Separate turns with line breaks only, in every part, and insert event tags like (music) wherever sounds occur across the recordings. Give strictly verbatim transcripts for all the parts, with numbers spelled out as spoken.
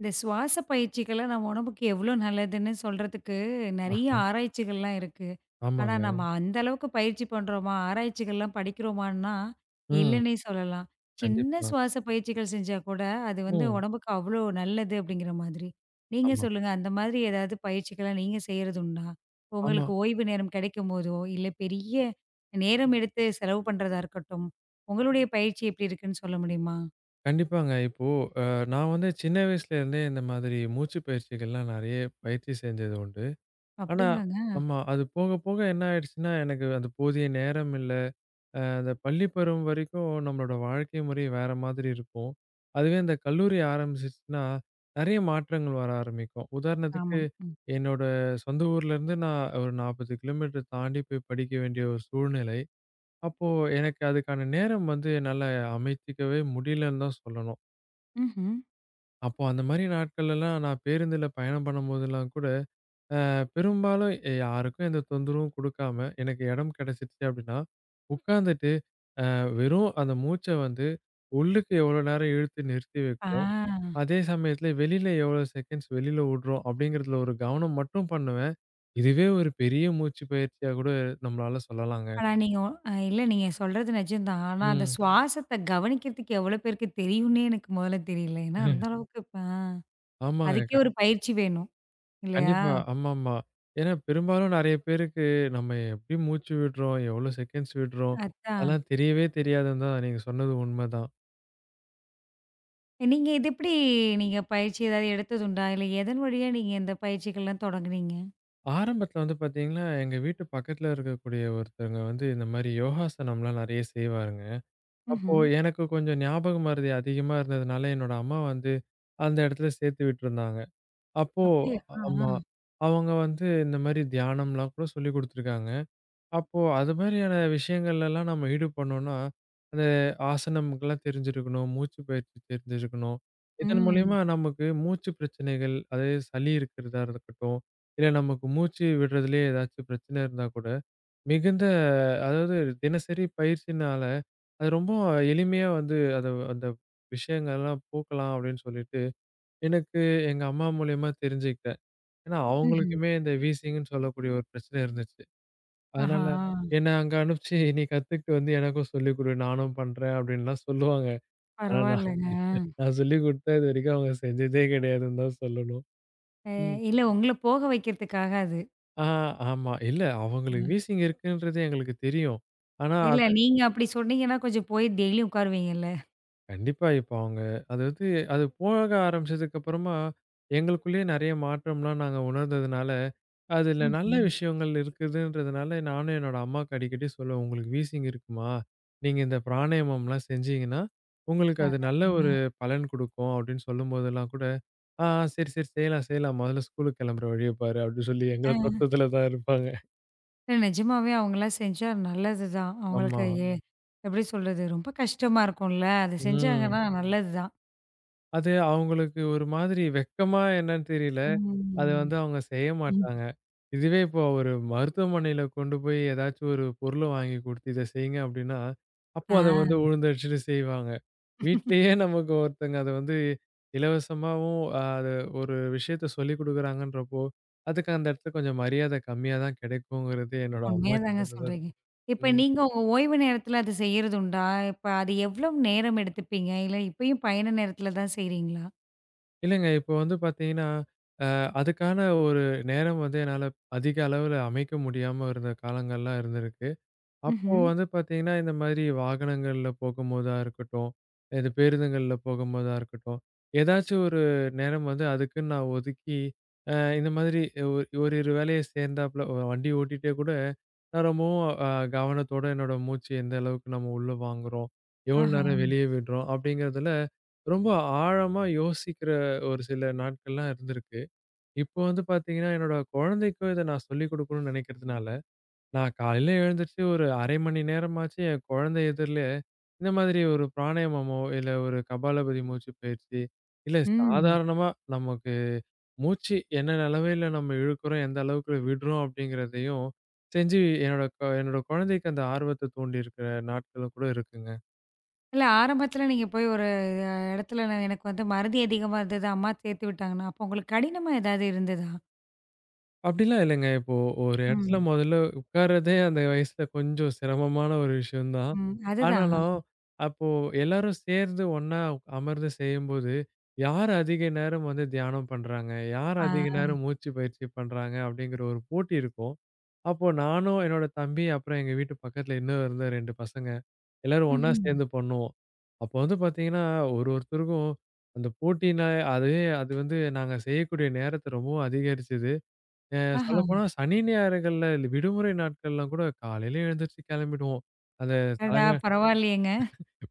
இந்த சுவாச பயிற்சிகள்லாம் நம்ம உடம்புக்கு எவ்வளோ நல்லதுன்னு சொல்றதுக்கு நெறைய
ஆஹா.
ஆராய்ச்சிகள்லாம் இருக்கு. ஆனா,
ஆமாங்க.
நம்ம அந்த அளவுக்கு பயிற்சி பண்றோமா? ஆராய்ச்சிகள்லாம் படிக்கிறோமான்னா,
ம்.
இல்லன்னே சொல்லலாம். சின்ன
கண்டிப்பா.
சுவாச பயிற்சிகள் செஞ்சா கூட, அது வந்து
ம்.
உடம்புக்கு அவ்வளோ நல்லது அப்படிங்கிற மாதிரி. நீங்க
ஆமா,
சொல்லுங்க, அந்த மாதிரி ஏதாவது பயிற்சிகள நீங்க செய்றது உண்டா?
ஆமா.
உங்களுக்கு ஓய்வு நேரம் கிடைக்கும்போதோ, இல்ல பெரிய நேரம் எடுத்து செலவு பண்றதா இருக்கட்டும், உங்களுடைய பயிற்சி எப்படி இருக்குன்னு சொல்ல முடியுமா?
கண்டிப்பாங்க. இப்போ அ நான் வந்து சின்ன வயசுல இருந்தே இந்த மாதிரி மூச்சு பயிற்சிகள்லாம் நெறைய பயிற்சி செஞ்சது உண்டு. ஆனா
அப்படிங்களாங்க.
ஆமா. அது போக போக என்ன ஆயிடுச்சுன்னா, எனக்கு அந்த போதிய நேரம் இல்ல. அ அந்த பள்ளி பருவம் வரைக்கும் நம்மளோட வாழ்க்கை முறை வேற மாதிரி இருக்கும். அதுவே இந்த கல்லூரி ஆரம்பிச்சுச்சுன்னா, நெறைய மாற்றங்கள் வர ஆரம்பிக்கும்.
ஆமா.
உதாரணத்துக்கு
ம்.
என்னோட சொந்த ஊர்லேருந்து நான் ஒரு நாற்பது கிலோமீட்டர் தாண்டி போய் படிக்க வேண்டிய ஒரு சூழ்நிலை. அப்போ எனக்கு அதுக்கான நேரம் வந்து என்னால அமைத்துக்கவே முடியலன்னு தான் சொல்லணும்.
ம்ஹ்ம்.
அப்போ அந்த மாரி நாட்கள்லலாம் நான் பேருந்துல பயணம் பண்ணும்போதெல்லாம் கூட, அ பெரும்பாலும் எ- யாருக்கும் எந்த தொந்தரவும் குடுக்காம எனக்கு இடம் கிடைச்சிருச்சு அப்படின்னா, உட்காந்துட்டு அ வெறும் அந்த மூச்ச வந்து உள்ளுக்கு எவ்வளோ நேரம் இழுத்து நிறுத்தி
ஆ.
வைக்கிறோம், அதே சமயத்துல வெளியில எவ்வளோ செகண்ட்ஸ் வெளியில விடுறோம் அப்படிங்கிறதுல ஒரு கவனம் மட்டும் பண்ணுவேன். இதுவே ஒரு பெரிய மூச்சு பயிற்சியா கூட நம்மளால சொல்லலாங்க.
ஆனா நீங்க ஒ- அ இல்ல, நீங்க சொல்றது நிஜம்தான். ஆனா அந்த
ம்.
சுவாசத்த கவனிக்கிறதுக்கு எவ்வளோ பேருக்கு தெரியும்னே எனக்கு முதல்ல தெரியல. ஏன்னா அந்த
(laughs)
அளவுக்கு இப்ப ஆ அதுக்கே
ஆமாங்க.
ஒரு பயிற்சி வேணும் இல்லையா?
கண்டிப்பா. ஆமாமா. ஏன்னா பெரும்பாலும் நெறைய பேருக்கு நம்ம எப்படி மூச்சு விடுறோம், எவ்வளோ செகண்ட்ஸ் விடுறோம்,
அதான்.
அதெல்லாம் தெரியவே தெரியாதுன்னு தான் நீங்க சொன்னது உண்மதான்.
நீங்க இது எப்படி நீங்க பயிற்சி ஏதாவது எடுத்ததுண்டா? இல்ல எதன் வழியா நீங்க இந்த பயிற்சிகள்லாம் தொடங்குனீங்க?
ஆரம்பத்துல வந்து பார்த்தீங்கன்னா, எங்க வீட்டு பக்கத்துல இருக்கக்கூடிய ஒருத்தவங்க வந்து இந்த மாரி யோகாசனம்லாம் நெறைய செய்வாருங்க. அப்போ
ம்ஹ்ம்.
எனக்கு கொஞ்சம் ஞாபக மறதி அதிகமா இருந்ததுனால என்னோட அம்மா வந்து அந்த இடத்துல சேர்த்து விட்டுருந்தாங்க. அப்போ
அப்படியா? ஆ.
ஆமா. அவங்க வந்து இந்த மாரி தியானம்லாம் கூட சொல்லிக் குடுத்துருக்காங்க. அப்போ அது மாதிரியான விஷயங்கள்லலாம் நம்ம ஈடுபடணும்னா, அந்த ஆசனம்கெல்லாம் தெரிஞ்சிருக்கணும், மூச்சு பயிற்சி தெரிஞ்சிருக்கணும். இதன்
ம்.
மூலியமா நமக்கு மூச்சு பிரச்சனைகள், அதாவது சளி இருக்கிறதா இருக்கட்டும், இல்ல நமக்கு மூச்சு விடுறதுலயே ஏதாச்சும் பிரச்சனை இருந்தா கூட, மிகுந்த அதாவது தினசரி பயிற்சினால, அது ரொம்ப எளிமையா வந்து அத அந்த விஷயங்கள்லாம் போக்கலாம் அப்படின்னு சொல்லிட்டு, எனக்கு எங்க அம்மா மூலியமா தெரிஞ்சுக்கிட்டேன். ஏன்னா
ம்ஹ்ம்.
அவங்களுக்குமே இந்த வீசிங்ன்னு சொல்லக்கூடிய ஒரு பிரச்சனை இருந்துச்சு.
ஆஹா!
அதனால என்ன அங்க அனுப்பிச்சு, "நீ கத்துக்கிட்டு வந்து எனக்கும் சொல்லிக் குடு, நானும் பண்றேன்" அப்படின்லாம் சொல்லுவாங்க. ஆனா நான்
பரவாயில்லங்க.
நான் சொல்லிக் குடுத்தா இதுவரைக்கும் அவங்க செஞ்சதே கிடையாதுன்னு தான் சொல்லணும்.
அ
ம்.
இல்ல, உங்கள போக வைக்கிறதுக்காக அது.
ஆ ஆமா. இல்ல
அ.
அவங்களுக்கு வீசிங் இருக்குன்றது எங்களுக்கு தெரியும். ஆனா
இல்ல
அத
நீங்க அப்படி சொன்னீங்கன்னா கொஞ்சம் போய் டெய்லியும் உட்காருவீங்கல்ல.
கண்டிப்பா. இப்ப அவங்க அதாவது அது போக ஆரம்பிச்சதுக்கு அப்புறமா, எங்களுக்குள்ளேயே நெறைய மாற்றம்லாம் நாங்க உணர்ந்ததுனால, அதுல நல்ல
ம்ஹ்ம்.
விஷயங்கள் இருக்குதுன்றதுனால, நானும் என்னோட அம்மாவுக்கு அடிக்கடி சொல்லுவேன். "உங்களுக்கு வீசிங் இருக்குமா? நீங்க இந்த பிராணாயாமம்லாம் செஞ்சீங்கன்னா, உங்களுக்கு அது நல்ல
நல்லதுங்க.
ஒரு பலன் குடுக்கும்." அப்படின்னு சொல்லும்போதெல்லாம் கூட, "ஆ, ஆ, சரி, சரி செய்யலாம், செய்யலாம். மொதல்ல ஸ்கூலுக்கு கெளம்புற வழிய பாரு." அப்படின்னு சொல்லி
அ
எங்கள தொட்டதுல தான் இருப்பாங்க.
நிஜமாவே அவங்கலாம் செஞ்சா நல்லது தான்.
ஆமா.
அவங்களுக்கு எ ம். எப்படி சொல்றது? ரொம்ப கஷ்டமா இருக்கும்ல. அது
ம்.
செஞ்சாங்கன்னா நல்லது தான்.
அது அவங்களுக்கு ஒரு மாதிரி வெட்கமா என்னன்னு தெரியல. அத
ம்.
வந்து அவங்க செய்ய
ம்.
மாட்டாங்க. இதுவே இப்போ ஒரு மருத்துவமனையில கொண்டு போய் ஏதாச்சும் ஒரு பொருள வாங்கி குடுத்து இத செய்யுங்க அப்படின்னா, அப்போ
ஆ,
அத வந்து உழுந்தடிச்சுட்டு செய்வாங்க. வீட்லயே நமக்கு ஒருத்தங்க அத வந்து இலவசமாவும் அ அது ஒரு விஷயத்த சொல்லிக் குடுக்குறாங்கன்றப்போ, அதுக்கு அந்த இடத்துல கொஞ்சம் மரியாதை கம்மியா தான் கிடைக்குங்கிறது என்னோட
உண்மைய
அம்மாகிட்ட
தாங்க
இருந்து தான்.
சொல்றீங்க. இப்ப
ம்.
நீங்க உங்க ஓய்வு நேரத்தில அது செய்யறது உண்டா? இப்ப அது எவ்வளவு நேரம் எடுத்துப்பீங்க? இல்ல இப்பயும் பயண நேரத்தில தான் செய்றீங்களா?
இல்லங்க இப்போ வந்து பார்த்தீங்கன்னா அதுக்கான ஒரு நேரம் வந்து என்னால அதிக அளவுல அமைக்க முடியாம இருந்த காலங்கள்லாம் இருந்திருக்கு. அப்போ
ம்ஹ்ம்.
வந்து பார்த்தீங்கன்னா, இந்த மாதிரி வாகனங்கள்ல போகும்போதா இருக்கட்டும், இது பேருந்துங்கள்ல போகும்போதா இருக்கட்டும், ஏதாச்சும் ஒரு நேரம் வந்து அதுக்குன்னு நான் ஒதுக்கி, அ இந்த மாதிரி ஒரு ஓரிரு வேலைய சேர்ந்தாப்புல ஒரு வண்டி ஓட்டிட்டே கூட நான் ரொம்பவும் அ கவனத்தோட என்னோட மூச்சு எந்த அளவுக்கு நம்ம உள்ள வாங்குறோம், எவ்வளோ
ஆஹா.
நேரம் வெளிய விடுறோம் அப்படிங்கிறதுல ரொம்ப ஆழமா யோசிக்கிற ஒரு சில நாட்கள்லாம் இருந்திருக்கு. இப்போ வந்து பார்த்தீங்கன்னா, என்னோட குழந்தைக்கும் இத நான் சொல்லிக் குடுக்கணும்னு நினைக்கிறதுனால, நான் காலையில எழுந்திரிச்சு ஒரு அரை மணி நேரமாச்சு என் குழந்தை எதிர்லே இந்த மாதிரி ஒரு பிராணாயாமமோ, இல்ல ஒரு கபாலபதி மூச்சு பயிற்சி, இல்ல
ம்.
சாதாரணமா நமக்கு மூச்சு என்ன நிலமையில நம்ம இழுக்கிறோம், எந்த அளவுக்கு விடுறோம் அப்படிங்கிறதையும் செஞ்சு என்னோட க என்னோட குழந்தைக்கு அந்த ஆர்வத்த தூண்டியிருக்கிற நாட்களும் கூட இருக்குங்க.
இல்ல ஆரம்பத்தில நீங்க போய் ஒரு இடத்துல நான் எனக்கு வந்து மறதி அதிகமா இருந்தது. அம்மா சேர்த்து விட்டாங்கன்னா, அப்போ உங்களுக்கு கடினமா ஏதாவது இருந்ததா?
அப்படிலாம் இல்லைங்க. இப்போ ஒரு இடத்துல
ம்.
முதல்ல உட்கார்றதே அந்த வயசுல கொஞ்சம் சிரமமான ஒரு விஷயம் தான்.
ம். அதுதான்.
ஆனாலும், அப்போ எல்லாரும் சேர்ந்து ஒண்ணா அமர்ந்து செய்யும்போது, யார் அதிக நேரம் வந்து தியானம் பண்றாங்க? யார்
ஆ.
அதிக நேரம் மூச்சு பயிற்சி பண்றாங்க? அப்படிங்கிற ஒரு போட்டி இருக்கும். அப்போ நானும், என்னோட தம்பி, அப்புறம் எங்க வீட்டு பக்கத்துல இன்னும் இருந்த ரெண்டு பசங்க, எல்லாரும் ஒண்ணா
ம்ஹ்ம்.
சேர்ந்து பண்ணுவோம். அப்போ வந்து பார்த்தீங்கன்னா, ஒரு ஒருத்தருக்கும் அந்த போட்டினா அதுவே அது வந்து நாங்க செய்யக்கூடிய நேரத்த ரொம்பவும் அதிகரிச்சது. அ
ஆஹா!
சொல்லப்போனா சனி, ஞாயிறுகள்ல இந்த விடுமுறை நாட்கள்லாம் கூட காலையில எழுந்திருச்சு கெளம்பிடுவோம். அந்த
அடடா!
தலகா
பரவாயில்லையேங்க.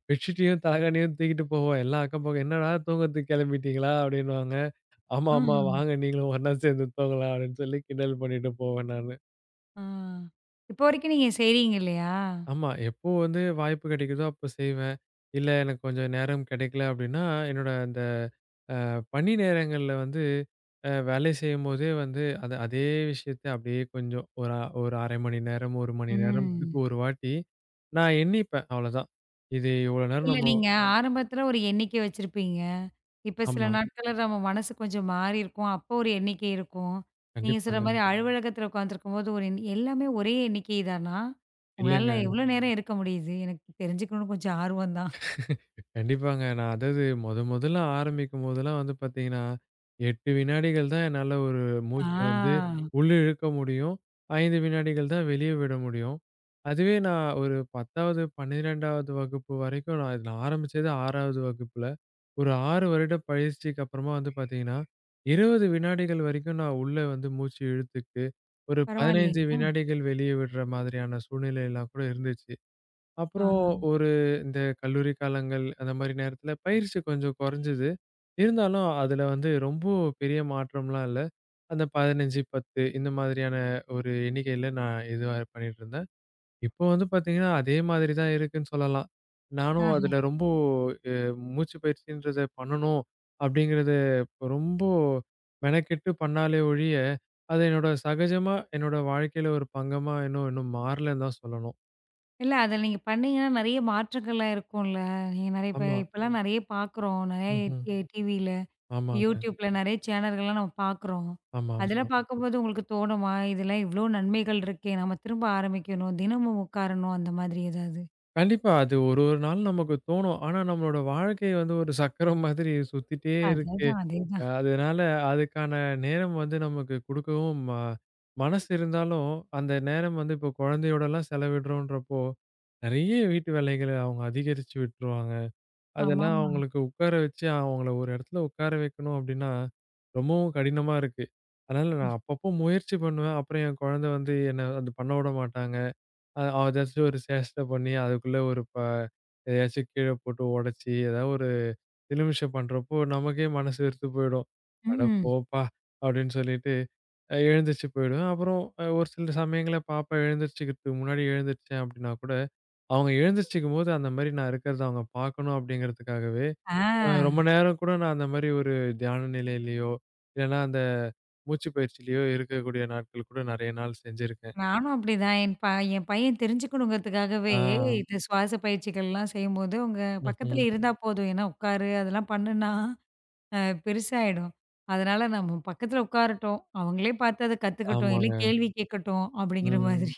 பெட்ஷீட்டையும், தலகாணியும் தூக்கிட்டு போவோம். எல்லா அக்கம் பக்கம் "என்னடா தூங்கறதுக்கு கெளம்பிட்டீங்களா?" அப்படின்னுவாங்க. "ஆமா, ஆமா.
ம்ஹ்ம்.
வாங்க நீங்களும் ஒண்ணா சேர்ந்து தூங்கலாம்." அப்படின்னு சொல்லி கிண்டல் பண்ணிட்டு போவேன் நானு.
ஆ. இப்போ வரைக்கும் நீங்க செய்றீங்க இல்லையா?
ஆமா, எப்போ வந்து வாய்ப்பு கெடைக்குதோ அப்ப செய்வேன். இல்ல எனக்கு கொஞ்சம் நேரம் கெடைக்கல அப்படின்னா, என்னோட அந்த பணி நேரங்கள்ல வந்து அ வேலை செய்யும்போதே வந்து அது அதே விஷயத்த அப்படியே கொஞ்சம் ஒரு அ ஒரு அரை மணி நேரம், ஒரு மணி நேரத்துக்கு
ம்.
ஒரு வாட்டி நான் எண்ணிப்பேன் அவ்வளோதான். இது இவ்வளோ நேரம்
இல்ல
நம்ம
நீங்க ஆரம்பத்துல ஒரு எண்ணிக்கை வச்சிருப்பீங்க. இப்ப சில
ஆமா.
நாட்கள்ல நம்ம மனசு கொஞ்சம் மாறியிருக்கும். அப்போ ஒரு எண்ணிக்கை இருக்கும். நீங்க சொல்ற மாரி
கண்டிப்பாங்க.
அலுவலகத்துல உட்காந்துருக்கும்போது ஒரு எண் எல்லாமே ஒரே எண்ணிக்கை தானா?
இல்லங்க.
உங்களால எவ்வளோ நேரம் இருக்க முடியுது? எனக்கு தெரிஞ்சுக்கணும்னு கொஞ்சம் ஆர்வம் தான்.
கண்டிப்பாங்க. நான் அதாவது மொத மொதல்ல ஆரம்பிக்கும்போதெல்லாம் வந்து பார்த்தீங்கன்னா, எட்டு வினாடிகள் தான் என்னால ஒரு
ஆ,
மூச்ச வந்து உள்ள இழுக்க முடியும். ஐந்து வினாடிகள் தான் வெளிய விட முடியும். அதுவே நான் ஒரு பத்தாவது, பன்னிரெண்டாவது வகுப்பு வரைக்கும் நான் இதில ஆரம்பிச்சது ஆறாவது வகுப்புல. ஒரு ஆறு வருட பயிற்சிக்கு அப்புறமா வந்து பார்த்தீங்கன்னா, இருபது வினாடிகள் வரைக்கும் நான் உள்ள வந்து மூச்சு இழுத்துக்கிட்டு, ஒரு பதினைந்து
பரவாயில்லையேங்க.
வினாடிகள் வெளிய விடுற மாதிரியான சூழ்நிலைலாம் கூட இருந்துச்சு. அப்புறம்
ஆ.
ஒரு இந்த கல்லூரி காலங்கள் அந்த மாரி நேரத்துல பயிற்சி கொஞ்சம் குறைஞ்சது. இருந்தாலும் அதுல வந்து ரொம்ப பெரிய மாற்றம்லாம் இல்ல. அந்த பதினைந்து, பத்து இந்த மாதிரியான ஒரு எண்ணிக்கையில நான் இதுவா பண்ணிட்டுருந்தேன். இப்போ வந்து பார்த்தீங்கன்னா, அதே மாதிரி தான் இருக்குன்னு சொல்லலாம். நானும்
ஆ.
அதுல ரொம்ப அ மூச்சு பயிற்சின்றத பண்ணணும் அப்படிங்கிறத ரொம்ப மெனக்கெட்டு பண்ணாலே ஒழிய, அது என்னோட சகஜமா என்னோட வாழ்க்கையில ஒரு பங்கமா இன்னும் இன்னும் மாறலன்னு தான் சொல்லணும்.
இல்ல, அதில நீங்க பண்ணீங்கன்னா, நெறைய மாற்றங்கள்லாம் இருக்கும்ல. நீங்க நெறைய இப்ப
ஆமா.
இப்பலாம் ம். நெறைய பார்க்குறோம். நெறைய
ம்ஹ்ம்.
டி டிவில,
ஆமா.
YouTubeல நெறைய சேனல்கள்லாம் நம்ம பார்க்குறோம்.
ஆமா, ஆமா.
அதெல்லாம் ம். பார்க்கும்போது உங்களுக்கு தோணுமா? இதெல்லாம் இவ்ளோ நன்மைகள் இருக்கே! நம்ம திரும்ப ஆரம்பிக்கணும். தினமும் உட்காரணும் அந்த மாதிரி ஏதாவது?
கண்டிப்பா. அது ஒரு ஒரு நாள் நமக்கு தோணும். ஆனா நம்மளோட வாழ்க்கை வந்து ஒரு சக்கரம் மாதிரி சுத்திட்டே இருக்கு.
அதேதான், அதேதான்.
அஹ் அதனால அதுக்கான நேரம் வந்து நமக்கு குடுக்கவும் ம மனசு இருந்தாலும், அந்த நேரம் வந்து இப்போ குழந்தையோடலாம் செலவிடுறோன்றப்போ, நெறைய வீட்டு வேலைகள அவங்க அதிகரிச்சு விட்டுருவாங்க. அதெல்லாம்
ஆமாமா.
அவங்களுக்கு உட்கார வச்சு அவங்கள ஒரு இடத்துல உட்கார வைக்கணும் அப்டின்னா, ரொம்பவும் கடினமா இருக்கு. அதனால நான் அப்பப்போ முயற்சி பண்ணுவேன். அப்புறம் என் குழந்தை வந்து என்ன அது பண்ண விட மாட்டாங்க. அ அதாச்சும் ஒரு சேஷ்ட பண்ணி, அதுக்குள்ள ஒரு ப எதையாச்சும் கீழ போட்டு உடைச்சு, ஏதாவது ஒரு நிமிஷம் பண்றப்போ நமக்கே மனசு வெறுத்து போயிடும். "அட
ம்.
போப்பா!" அப்படின்னு சொல்லிட்டு அ எழுந்திரிச்சு போயிடுவேன். அப்புறம் அ ஒரு சில சமயங்கள்ல பாப்பா எழுந்திரிச்சுக்கிறதுக்கு முன்னாடி எழுந்திரிச்சேன் அப்படின்னா கூட, அவங்க எழுந்திரிச்சுக்கும்போது அந்த மாரி நான் இருக்கிறத அவங்க பார்க்கணும் அப்படிங்கிறதுக்காகவே, அ ரொம்ப
ஆ,
நேரம் கூட நான் அந்த மாரி ஒரு தியான நிலையிலயோ, இல்லைன்னா அந்த மூச்சு பயிற்சியிலயோ இருக்கக்கூடிய நாட்கள் கூட நெறைய நாள் செஞ்சிருக்கேன்.
நானும் அப்படிதான். என் ப என் பையன் தெரிஞ்சுக்கணுங்கிறதுக்காகவே
ஆ.
இந்த சுவாச பயிற்சிகள்லாம் செய்யும்போது, "உங்க
ம்ஹ்ம்.
பக்கத்துல இருந்தா போதும். ஏன்னா உட்காரு, அதெல்லாம் பண்ணுனா" அ பெருசாயிடும். அதனால நம்ம பக்கத்துல உட்காரட்டும். அவங்களே பார்த்து அத கத்துக்கட்டும். இல்ல
ஆமாங்க.
கேள்வி கேட்கட்டும் அப்படிங்கிற
ம்.
மாதிரி.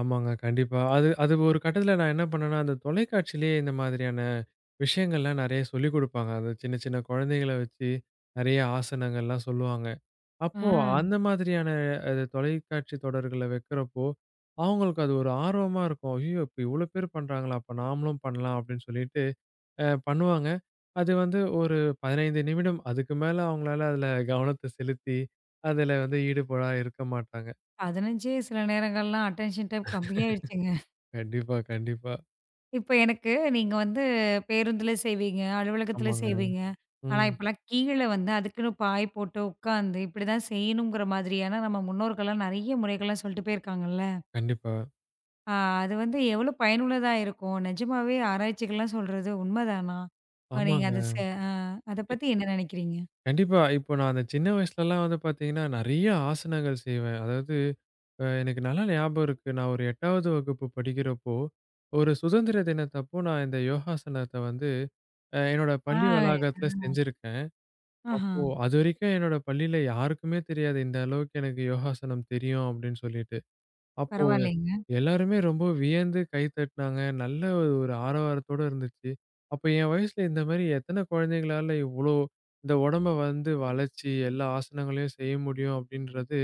ஆமாங்க. கண்டிப்பா. அது அது ஒரு கட்டத்தில நான் என்ன பண்ணேன்னா, அந்த தொலைக்காட்சியிலேயே இந்த மாதிரியான விஷயங்கள்லாம் நெறைய சொல்லிக் குடுப்பாங்க. அந்த சின்ன, சின்ன குழந்தைகள வச்சு நெறைய ஆசனங்கள்லாம் சொல்லுவாங்க. அப்போ
ஆ,
அந்த மாதிரியான அது தொலைக்காட்சி தொடர்கள வைக்கிறப்போ, அவங்களுக்கு அது ஒரு ஆர்வமா இருக்கும். "ஐயோ! இப்ப இவ்ளோ பேர் பண்றாங்களா? அப்ப நாமளும் பண்ணலாம்." அப்படின்னு சொல்லிட்டு அ பண்ணுவாங்க. அது வந்து ஒரு பதினைந்து நிமிடம். அதுக்கு மேல அவங்களால அதில கவனத்த செலுத்தி, அதில வந்து ஈடுபாடா இருக்க மாட்டாங்க.
பதினைந்து சில நேரங்கள்லாம் அட்டென்ஷன் டைம் கம்மியாயிடுச்சுங்க.
கண்டிப்பா, கண்டிப்பா.
இப்ப எனக்கு நீங்க வந்து பேருந்துல செய்வீங்க, அலுவலகத்துல
ஆமாங்க.
செய்வீங்க. ஆனா
ம்.
இப்பலாம் கீழ வந்து அதுக்குன்னு பாய் போட்டு உட்காந்து இப்படிதான் செய்யணுங்கிற மாதிரியான நம்ம முன்னோர்கள்லாம் நெறைய முறைகள்லாம் சொல்லிட்டு போயிருக்காங்கல்ல.
கண்டிப்பா.
ஆ, அது வந்து எவ்வளோ பயனுள்ளதா இருக்கும்? நிஜமாவே ஆராய்ச்சிகள்லாம் சொல்றது உண்மதானா? அ நீங்க
ஆமாங்க.
அத செ அ அத
எ
பத்தி என்ன நெனைக்கிறீங்க?
கண்டிப்பா. இப்போ நான் அந்த சின்ன வயசுலலாம் வந்து பார்த்தீங்கன்னா, நெறைய ஆசனங்கள் செய்வேன். அதாவது அ எனக்கு நல்லா ஞாபகம் இருக்கு. நான் ஒரு எட்டாவது வகுப்பு படிக்கிறப்போ, ஒரு சுதந்திர தினத்தப்போ நான் இந்த யோகாசனத்த வந்து அ என்னோட பள்ளி
ஆ.
வளாகத்துல செஞ்சிருக்கேன்.
ஆஹா.
அப்போ அதுவரைக்கும் என்னோட பள்ளியில யாருக்குமே தெரியாது, இந்த அளவுக்கு எனக்கு யோகாசனம் தெரியும் அப்படின்னு சொல்லிட்டு. அப்போ
பரவாயில்லைங்க.
எல்லாருமே ரொம்ப வியந்து கை தட்டினாங்க. நல்ல ஒரு ஆரவாரத்தோட இருந்துச்சு. அப்ப என் வயசுல இந்த மாரி எத்தன குழந்தைங்களால இவ்ளோ இந்த உடம்ப வந்து வளச்சு எல்லா ஆசனங்களையும் செய்ய முடியும் அப்படின்றது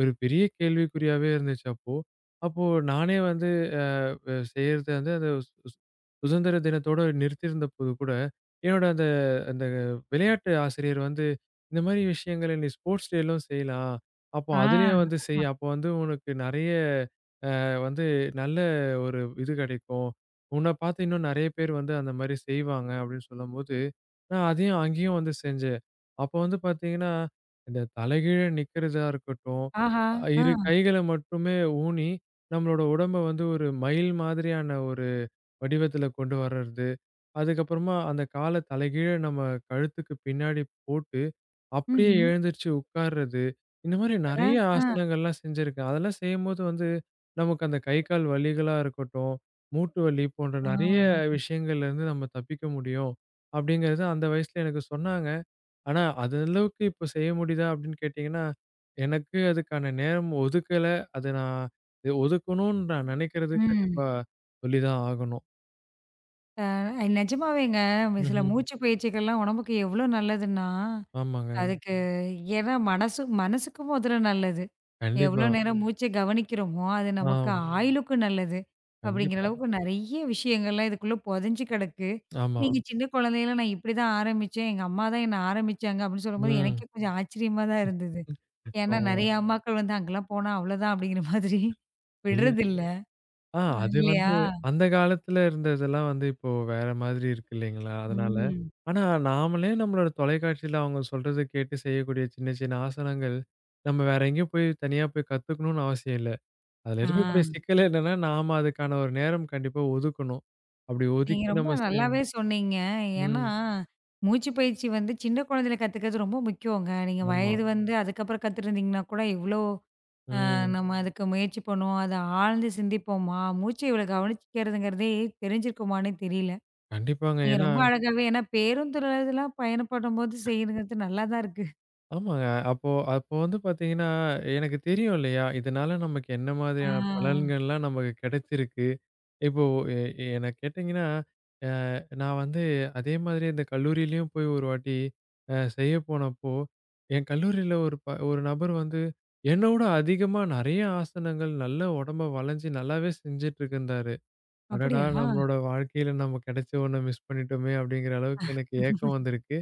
ஒரு பெரிய கேள்விக்குறியாவே இருந்துச்சு அப்போ. அப்போ நானே வந்து அ அ செய்யறது வந்து அந்த சு சு சுதந்திர தினத்தோட நிறுத்தியிருந்தபோது கூட, என்னோட அந்த அந்த விளையாட்டு ஆசிரியர் வந்து, "இந்த மாரி விஷயங்கள நீ ஸ்போர்ட்ஸ் டேலும் செய்யலாம். அப்போ
ஆ.
அதிலயும் வந்து செய்.
ஆமா.
அப்போ வந்து உனக்கு நெறைய" வந்து நல்ல ஒரு இது கிடைக்கும். உன்ன பார்த்து இன்னும் நெறைய பேர் வந்து அந்த மாரி செய்வாங்க அப்படின்னு சொல்லும்போது, நான் அதையும் அங்கேயும் வந்து செஞ்சேன். அப்போ வந்து பார்த்தீங்கன்னா, இந்த தலைகீழ நிக்கிறதா இருக்கட்டும்,
ஆஹா.
அ
ஆ.
இரு கைகள மட்டுமே ஊனி, நம்மளோட உடம்ப வந்து ஒரு மயில் மாதிரியான ஒரு வடிவத்துல கொண்டு வர்றது. அதுக்கப்புறமா அந்த கால தலைகீழ நம்ம கழுத்துக்கு பின்னாடி போட்டு அப்படியே
ம்ஹ்ம்.
எழுந்திருச்சு உட்கார்றது. இந்த மாதிரி
அட!
நெறைய
ஆ.
ஆசனங்கள்லாம் செஞ்சிருக்கேன். அதெல்லாம் செய்யும்போது வந்து, நமக்கு அந்த கை, கால் வலிகளா இருக்கட்டும், மூட்டு வலி போன்ற நெறைய
ஆ.
விஷயங்கள்லேருந்து நம்ம தப்பிக்க முடியும். அப்படிங்கிறது அந்த வயசுல எனக்கு சொன்னாங்க. ஆனா, அது அளவுக்கு இப்போ செய்ய முடியுதா அப்படின்னு கேட்டீங்கன்னா, எனக்கு அதுக்கான நேரம் ஒதுக்கல. அத நான் எ ஒதுக்கணும்னு நான் நெனைக்கிறது
ம்.
கண்டிப்பா சொல்லி தான் ஆகணும்.
அ நிஜமாவேங்க, சில
ம்ஹ்ம்.
மூச்சு பயிற்சிகள்லாம் உடம்புக்கு எவ்ளோ நல்லதுன்னா,
ஆமாங்க.
அதுக்கு ஏன்னா மனசு மனசுக்கு முதல்ல நல்லது. எவ்ளோ
கண்டிப்பா.
நேரம் மூச்சை கவனிக்கிறோமோ, அது நமக்கு
ஆம்.
ஆயுளுக்கும் நல்லது. அப்படிங்கிற
கண்டிப்பா.
அளவுக்கு நெறைய விஷயங்கள்லாம் இதுக்குள்ள புதைஞ்சு கிடக்கு.
ஆமா.
நீங்க சின்ன குழந்தையில நான் இப்படிதான் ஆரம்பிச்சேன். எங்க அம்மா தான் என்ன ஆரம்பிச்சாங்க அப்படின்னு சொல்லும்போது
ம்.
எனக்கே கொஞ்சம் ஆச்சரியமா தான் இருந்தது. ஏன்னா
ஆமா.
நெறைய அம்மாக்கள் வந்து அங்கலாம் போனா அவ்வளோதான் அப்படிங்கிற (laughs) மாதிரி
இல்ல
விடுறதில்ல.
ஆ
அ
அது
இல்லையா?
வந்து அந்த காலத்துல இருந்ததெல்லாம் வந்து இப்போ வேற மாதிரி இருக்கு இல்லைங்களா? அதனால.
ம்.
ஆனா நாமளே நம்மளோட தொலைக்காட்சியில அவங்க சொல்றத கேட்டு செய்யக்கூடிய சின்ன சின்ன ஆசனங்கள், நம்ம வேற எங்கேயும் போய் தனியா போய் கத்துக்கணும்னு அவசியம் இல்ல. அதுல
ஆ,
இருக்கக்கூடிய சிக்கல் என்னன்னா, நாம அதுக்கான ஒரு நேரம் கண்டிப்பா ஒதுக்கணும். அப்படி
நீங்க
ஒதுக்கி
ரொம்ப
நம்ம செ
நல்லாவே சொன்னீங்க. ஏன்னா,
ம்.
மூச்சு பயிற்சி வந்து சின்ன குழந்தையில கத்துக்கிறது ரொம்ப முக்கியங்க. நீங்க
ஆமா.
வயது வந்து அதுக்கப்புறம் கத்துருந்தீங்கன்னா கூட இவ்ளோ அ
ம்.
நம்ம அதுக்கு முயற்சி பண்ணுவோம். அத ஆழ்ந்து சிந்திப்போமா? மூச்ச இவ்வளோ கவனிச்சுக்கிறதுங்கிறதே தெரிஞ்சிருக்குமான்னே தெரியல.
கண்டிப்பாங்க.
நீங்க
ஏன்னா
ரொம்ப அழகாவே ஏன்னா பேருந்துல இதெல்லாம் பயணப்படும்போது செய்யறது நல்லா தான் இருக்கு.
ஆமாங்க. அப்போ அப்போ வந்து பாத்தீங்கன்னா, எனக்கு தெரியும் இல்லையா? இதனால நமக்கு என்ன
ஆ,
மாதிரியான பலன்கள்லாம் நமக்கு கிடைச்சிருக்கு. இப்போ எ என்ன கேட்டீங்கன்னா, அ நான் வந்து அதே மாதிரி இந்த கல்லூரியிலயும் போய் ஒரு வாட்டி அ செய்ய போனப்போ, என் கல்லூரியில ஒரு ப ஒரு நபர் வந்து என்னோட அதிகமா நெறைய ஆசனங்கள், நல்ல உடம்ப வளைஞ்சு நல்லாவே செஞ்சுட்டுருக்கிருந்தாரு. அடடா!
அப்படியா?
நம்மளோட வாழ்க்கையில நம்ம கிடைச்ச ஒண்ண மிஸ் பண்ணிட்டோமே! அப்படிங்கிற அளவுக்கு எனக்கு ஏக்கம்
(laughs)
வந்திருக்கு.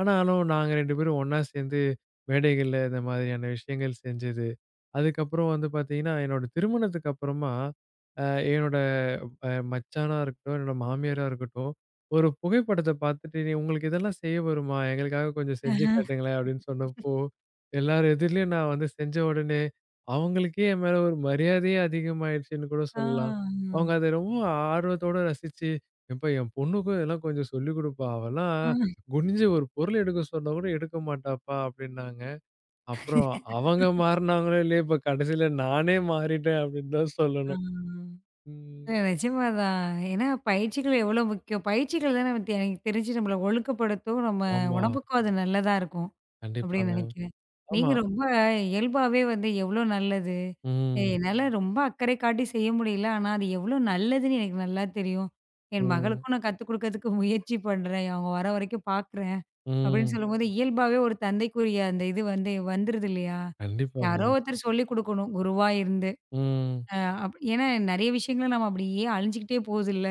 ஆனாலும் நாங்க ரெண்டு பேரும் ஒண்ணா சேர்ந்து மேடைகள்ல இந்த மாதிரியான விஷயங்கள் செஞ்சது. அதுக்கப்புறம் வந்து பார்த்தீங்கன்னா, என்னோட திருமணத்துக்கு அப்புறமா, அ என்னோட அ மச்சானா இருக்கட்டும், என்னோட மாமியாரா இருக்கட்டும், ஒரு புகைப்படத்த பார்த்துட்டு, "நீ உங்களுக்கு இதெல்லாம் செய்ய வருமா? எங்களுக்காக கொஞ்சம் செஞ்சு காட்டுங்களேன்" அப்படின்னு சொன்னப்போ, எல்லார் எதிர்லயும் நான் வந்து செஞ்ச உடனே, அவங்களுக்கே என் மேல ஒரு மரியாதையே அதிகமாயிடுச்சுன்னு கூட
ஆ.
சொல்லலாம். அவங்க அத ரொம்ப ஆர்வத்தோட ரசிச்சு, "ஏம்பா என் பொண்ணுக்கும் இதெல்லாம் கொஞ்சம் சொல்லிக் குடுப்பா. அவலாம்
ஆ.
குனிஞ்சு ஒரு பொருள் எடுக்க சொன்னா கூட எடுக்க மாட்டாப்பா அப்டின்னாங்க. அப்புறம் அவங்க மாறுனாங்களோ இல்லையோ, இப்ப கடைசில நானே மாறிட்டேன் அப்டின்னு தான் சொல்லணும்.
ஆ.
ம்.
இல்ல, நிஜமாதான். ஏன்னா பயிற்சிகள் எவ்வளோ முக்கியம். பயிற்சிகள் தான நமக்கு எனக்கு தெரிஞ்சு நம்மள ஒழுக்கப்படுத்தும். நம்ம
ஆமா.
உடம்புக்கும் அது நல்லதா இருக்கும். அப்படின்னு
கண்டிப்பாங்க.
நினைக்கிறேன்.
ஆமா.
நீங்க ரொம்ப இயல்பாவே வந்து எவ்வளோ நல்லது. எ
ம்.
என்னால ரொம்ப அக்கறை காட்டி செய்ய முடியல. ஆனா அது எவ்வளோ நல்லதுன்னு எனக்கு நல்லா தெரியும். என்
ம்.
மகளுக்கும் நான் கத்துக் குடுக்கறதுக்கு முயற்சி பண்றேன். அவங்க வர வரைக்கும் பார்க்குறேன். அப்படின்னு
ம்.
சொல்லும்போது இயல்பாவே ஒரு தந்தைக்குரிய அந்த இது வந்து வந்துருது இல்லையா?
கண்டிப்பாங்க.
யாரோ ஒருத்தர் சொல்லிக் குடுக்கணும். குருவா இருந்து.
ம்.
அ அப் ஏன்னா நெறைய விஷயங்கள நம்ம அப்படியே அழிஞ்சுக்கிட்டே போகுதுல்ல.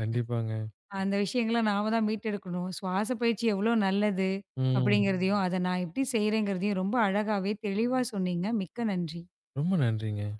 கண்டிப்பாங்க.
அந்த விஷயங்கள நாம தான் மீட்டெடுக்கணும். சுவாச பயிற்சி எவ்வளோ நல்லது
ம்.
அப்படிங்கிறதையும், அத நான் எப்படி செய்றேங்கிறதையும் ரொம்ப அழகாவே, தெளிவா சொன்னீங்க. மிக்க நன்றி.
ரொம்ப நன்றிங்க.